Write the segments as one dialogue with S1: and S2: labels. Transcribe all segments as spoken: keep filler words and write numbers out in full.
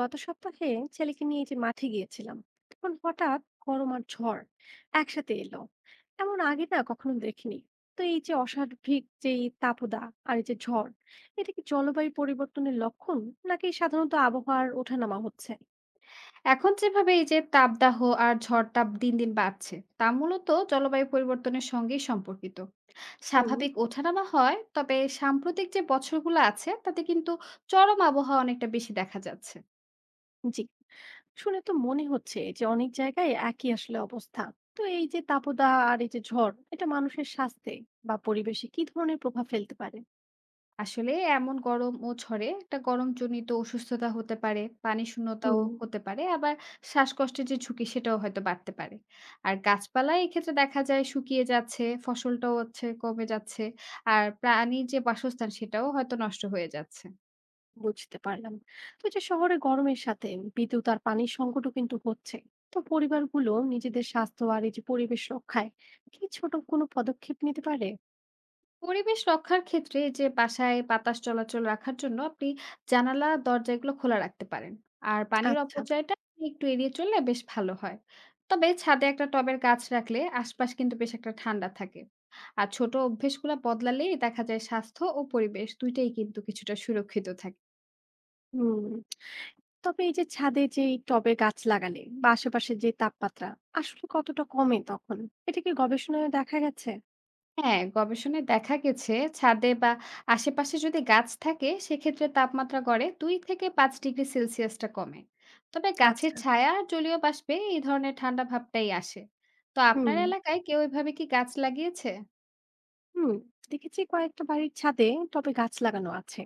S1: গত সপ্তাহে ছেলেকে নিয়ে এই যে মাঠে গিয়েছিলাম, তখন হঠাৎ গরম আর ঝড় একসাথে এলো। এমন আগে না কখনো দেখিনি। তো এই যে অস্বাভাবিক যে এই তাপদা আর এই যে ঝড়, এটা কি জলবায়ু পরিবর্তনের লক্ষণ, নাকি সাধারণত আবহাওয়ার ওঠানামা হচ্ছে?
S2: এখন যেভাবে এই যে তাপদাহ আর ঝড়টাপ দিন দিন বাড়ছে তা মূলত জলবায়ু পরিবর্তনের সঙ্গেই সম্পর্কিত।
S1: হুম।
S2: স্বাভাবিক ওঠানামা হয়, তবে সাম্প্রতিক যে বছরগুলো আছে তাতে কিন্তু চরম আবহাওয়া অনেকটা বেশি দেখা যাচ্ছে।
S1: জি, শুনে তো মনে হচ্ছে যে অনেক জায়গায় একই আসলে অবস্থা। তো এই যে তাপদা আর এই যে ঝড়, এটা মানুষের স্বাস্থ্যে বা পরিবেশে কি ধরনের প্রভাব ফেলতে পারে?
S2: আসলে এমন গরম ও ঝড়ে একটা গরমজনিত অসুস্থতা হতে পারে, পানি শূন্যতাও
S1: হুম।
S2: হতে পারে, আবার শ্বাসকষ্টের যে ঝুঁকি সেটাও হয়তো বাড়তে পারে। আর গাছপালা এক্ষেত্রে দেখা যায় শুকিয়ে যাচ্ছে, ফসলটাও হচ্ছে কমে যাচ্ছে, আর প্রাণীর যে বাসস্থান সেটাও হয়তো নষ্ট হয়ে যাচ্ছে।
S1: বুঝতে পারলাম। তো এই যে শহরে গরমের সাথে বিদ্যুৎ আর পানির সংকটও কিন্তু হচ্ছে। তো পরিবারগুলো নিজেদের স্বাস্থ্য আর এই যে পরিবেশ রক্ষায় কি ছোট কোনো পদক্ষেপ নিতে পারে?
S2: পরিবেশ রক্ষার ক্ষেত্রে এই যে বাসায় বাতাস চলাচল রাখার জন্য আপনি জানালা দরজা এগুলো খোলা রাখতে পারেন। আর পানির
S1: আচ্ছা।
S2: অপচয়টা আপনি একটু এড়িয়ে চললে বেশ ভালো হয়। তবে ছাদে একটা টবের গাছ রাখলে আশপাশ কিন্তু বেশ একটা ঠান্ডা থাকে। আর ছোট অভ্যেসগুলো বদলালেই দেখা যায় স্বাস্থ্য ও পরিবেশ দুইটাই কিন্তু কিছুটা সুরক্ষিত থাকে।
S1: হুম। তবে এই যে ছাদে যে এই টবে গাছ লাগালে বা আশেপাশে যে তাপমাত্রা আসলে কতটা কমে তখন, এটা কি গবেষণায় দেখা গেছে?
S2: হ্যাঁ, গবেষণায় দেখা গেছে ছাদে বা আশেপাশে যদি গাছ থাকে সেক্ষেত্রে তাপমাত্রা গড়ে দুই থেকে পাঁচ ডিগ্রি সেলসিয়াসটা কমে। তবে গাছের
S1: আচ্ছা।
S2: ছায়া আর জলীয় বাষ্পে এই ধরনের ঠান্ডা ভাবটাই আসে। তো আপনার
S1: হুম।
S2: এলাকায় কেউ এভাবে কি গাছ লাগিয়েছে?
S1: হুম। দেখেছি কয়েকটা বাড়ির ছাদে টবে গাছ লাগানো আছে।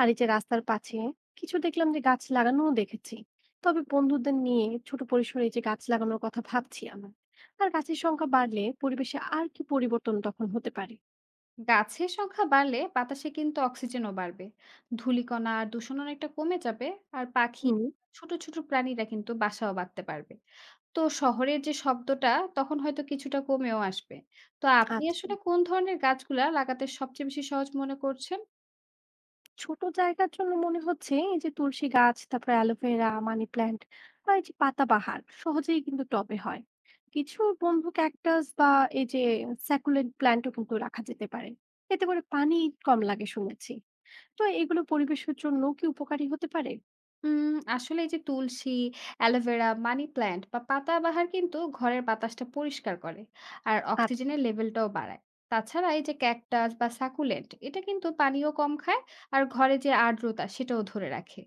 S1: আর এই যে রাস্তার পাশে কিছু দেখলাম যে গাছ লাগানোও দেখেছি। তবে বন্ধুদের নিয়ে ছোট পরিসরে এই যে গাছ লাগানোর কথা ভাবছি আমার। আর গাছের সংখ্যা বাড়লে পরিবেশে আর কি পরিবর্তন তখন হতে পারে?
S2: গাছের সংখ্যা বাড়লে বাতাসে কিন্তু অক্সিজেনও বাড়বে। ধূলিকণা আর দূষণ অনেকটা কমে যাবে, আর পাখি
S1: হুম।
S2: ছোট ছোট প্রাণীরা কিন্তু বাসাও বাঁধতে পারবে। তো শহরের যে শব্দটা তখন হয়তো কিছুটা কমেও আসবে। তো আপনি
S1: আচ্ছা,
S2: আসলে কোন ধরনের গাছগুলা লাগাতে সবচেয়ে বেশি সহজ মনে করছেন?
S1: ছোট জায়গার জন্য মনে হচ্ছে এই যে তুলসী গাছ, তারপরে অ্যালোভেরা, মানি প্ল্যান্ট বা এই যে পাতাবাহার সহজেই কিন্তু টবে হয়। কিছু বন্ধু ক্যাকটাস বা এই যে স্যাকুলেন্ট প্ল্যান্টও কিন্তু রাখা যেতে পারে। এতে করে পানি কম লাগে শুনেছি। তো এগুলো পরিবেশের জন্য কি উপকারী হতে পারে?
S2: উম আসলে এই যে তুলসী, অ্যালোভেরা, মানি প্ল্যান্ট বা পাতাবাহার কিন্তু ঘরের বাতাসটা পরিষ্কার করে, আর
S1: আচ্ছা।
S2: অক্সিজেনের লেভেলটাও বাড়ায়। তাছাড়া এই যে ক্যাকটাস বা সাকুলেন্ট এটা কিন্তু পানিও কম খায়, আর ঘরে যে আর্দ্রতা সেটাও ধরে রাখে।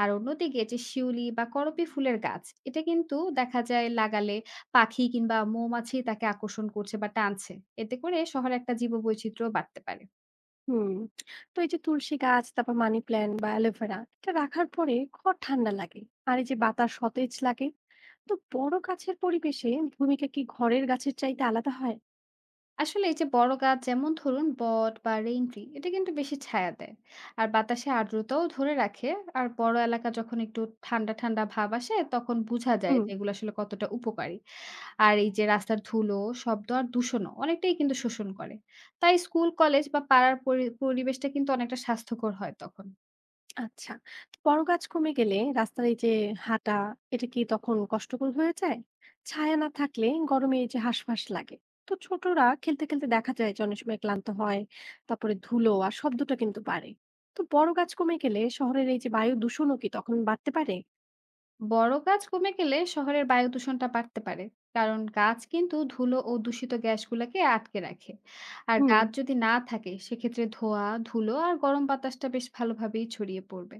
S2: আর অন্যদিকে যে শিউলি বা করপী ফুলের গাছ এটা কিন্তু দেখা যায় লাগালে পাখি কিংবা মৌমাছি তাকে আকর্ষণ করছে বা টানছে। এতে করে শহরে একটা জীববৈচিত্র্য বাড়তে পারে।
S1: হুম। তো এই যে তুলসী গাছ, তারপর মানি প্ল্যান্ট বা অ্যালোভেরা এটা রাখার পরে ঘর ঠান্ডা লাগে, আর এই যে বাতাস সতেজ লাগে। তো বড় গাছের পরিবেশে ভূমিকা কি ঘরের গাছের চাইতে আলাদা হয়?
S2: আসলে এই যে বড় গাছ যেমন ধরুন বট বা রেইন ট্রি এটা কিন্তু বেশি ছায়া দেয়, আর বাতাসে আর্দ্রতাও ধরে রাখে। আর বড় এলাকা যখন একটু ঠান্ডা ঠান্ডা ভাব আসে তখন বোঝা যায়
S1: হুম।
S2: যে এগুলো আসলে কতটা উপকারী। আর এই যে রাস্তার ধুলো, শব্দ আর দূষণও অনেকটাই কিন্তু শোষণ করে। তাই স্কুল কলেজ বা পাড়ার পরি- পরিবেশটা কিন্তু অনেকটা স্বাস্থ্যকর হয় তখন।
S1: আচ্ছা। তো বড় গাছ কমে গেলে রাস্তার এই যে হাঁটা, এটা কি তখন কষ্টকর হয়ে যায়? ছায়া না থাকলে গরমে এই যে হাঁসফাঁস লাগে। তো ছোটরা খেলতে, খেলতে দেখা যায় যে অনেক সময় ক্লান্ত হয়। তারপরে ধুলো আর শব্দটা কিন্তু বাড়ে। তো বড় গাছ কমে গেলে শহরের এই যে বায়ু দূষণও কি তখন বাড়তে পারে?
S2: বড় গাছ কমে গেলে শহরের বায়ু দূষণটা বাড়তে পারে, কারণ গাছ কিন্তু ধুলো ও দূষিত গ্যাসগুলোকে আটকে রাখে। আর
S1: হুম।
S2: গাছ যদি না থাকে সেক্ষেত্রে ধোঁয়া ধুলো আর গরম বাতাসটা বেশ ভালোভাবেই ছড়িয়ে পড়বে।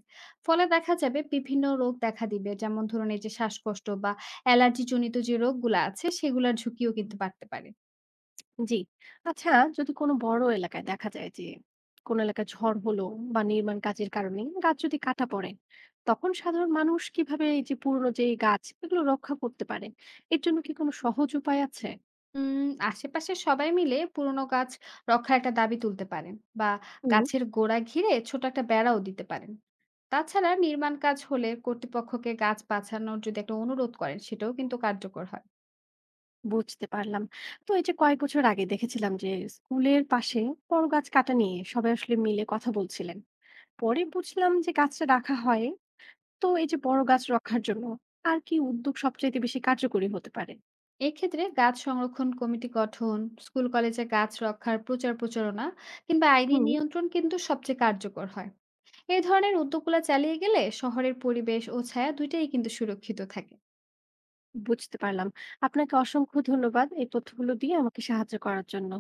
S2: ফলে দেখা যাবে বিভিন্ন রোগ দেখা দিবে, যেমন ধরুন এই যে শ্বাসকষ্ট বা অ্যালার্জি জনিত যে রোগগুলো আছে সেগুলোর ঝুঁকিও কিন্তু বাড়তে পারে।
S1: জি। আচ্ছা, যদি কোনো বড় এলাকায় দেখা যায় যে কোনো এলাকায় ঝড় হলো বা নির্মাণ কাজের কারণে গাছ যদি কাটা পড়ে, তখন সাধারণ মানুষ কিভাবে এই যে পুরনো যে গাছ এগুলো রক্ষা করতে পারে? এর জন্য কি কোনো সহজ উপায় আছে?
S2: উম আশেপাশে সবাই মিলে পুরোনো গাছ রক্ষার একটা দাবি তুলতে পারেন, বা
S1: হুম।
S2: গাছের গোড়া ঘিরে ছোট একটা বেড়াও দিতে পারেন। তাছাড়া নির্মাণ কাজ হলে কর্তৃপক্ষকে গাছ বাঁচানোর যদি একটা অনুরোধ করেন সেটাও কিন্তু কার্যকর হয়।
S1: বুঝতে পারলাম। তো এই যে কয়েক বছর আগে দেখেছিলাম যে স্কুলের পাশে বড় গাছ কাটা নিয়ে সবাই আসলে মিলে কথা বলছিলেন, পরে বুঝলাম যে গাছটা রাখা হয়। তো এই যে বড় গাছ রক্ষার জন্য আর কি উদ্যোগ সবচাইতে বেশি কার্যকরী হতে পারে?
S2: এক্ষেত্রে গাছ সংরক্ষণ কমিটি গঠন, স্কুল কলেজে গাছ রক্ষার প্রচার প্রচারণা, কিংবা আইনি
S1: হুম।
S2: নিয়ন্ত্রণ কিন্তু সবচেয়ে কার্যকর হয়। এই ধরনের উদ্যোগগুলো চালিয়ে গেলে শহরের পরিবেশ ও ছায়া দুইটাই কিন্তু সুরক্ষিত থাকে।
S1: বুঝতে পারলাম। আপনাকে অসংখ্য ধন্যবাদ এই তথ্যগুলো দিয়ে আমাকে সাহায্য করার জন্য।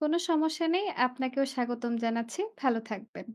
S2: কোনো সমস্যা নেই, আপনাকেও স্বাগতম জানাচ্ছি, ভালো থাকবেন।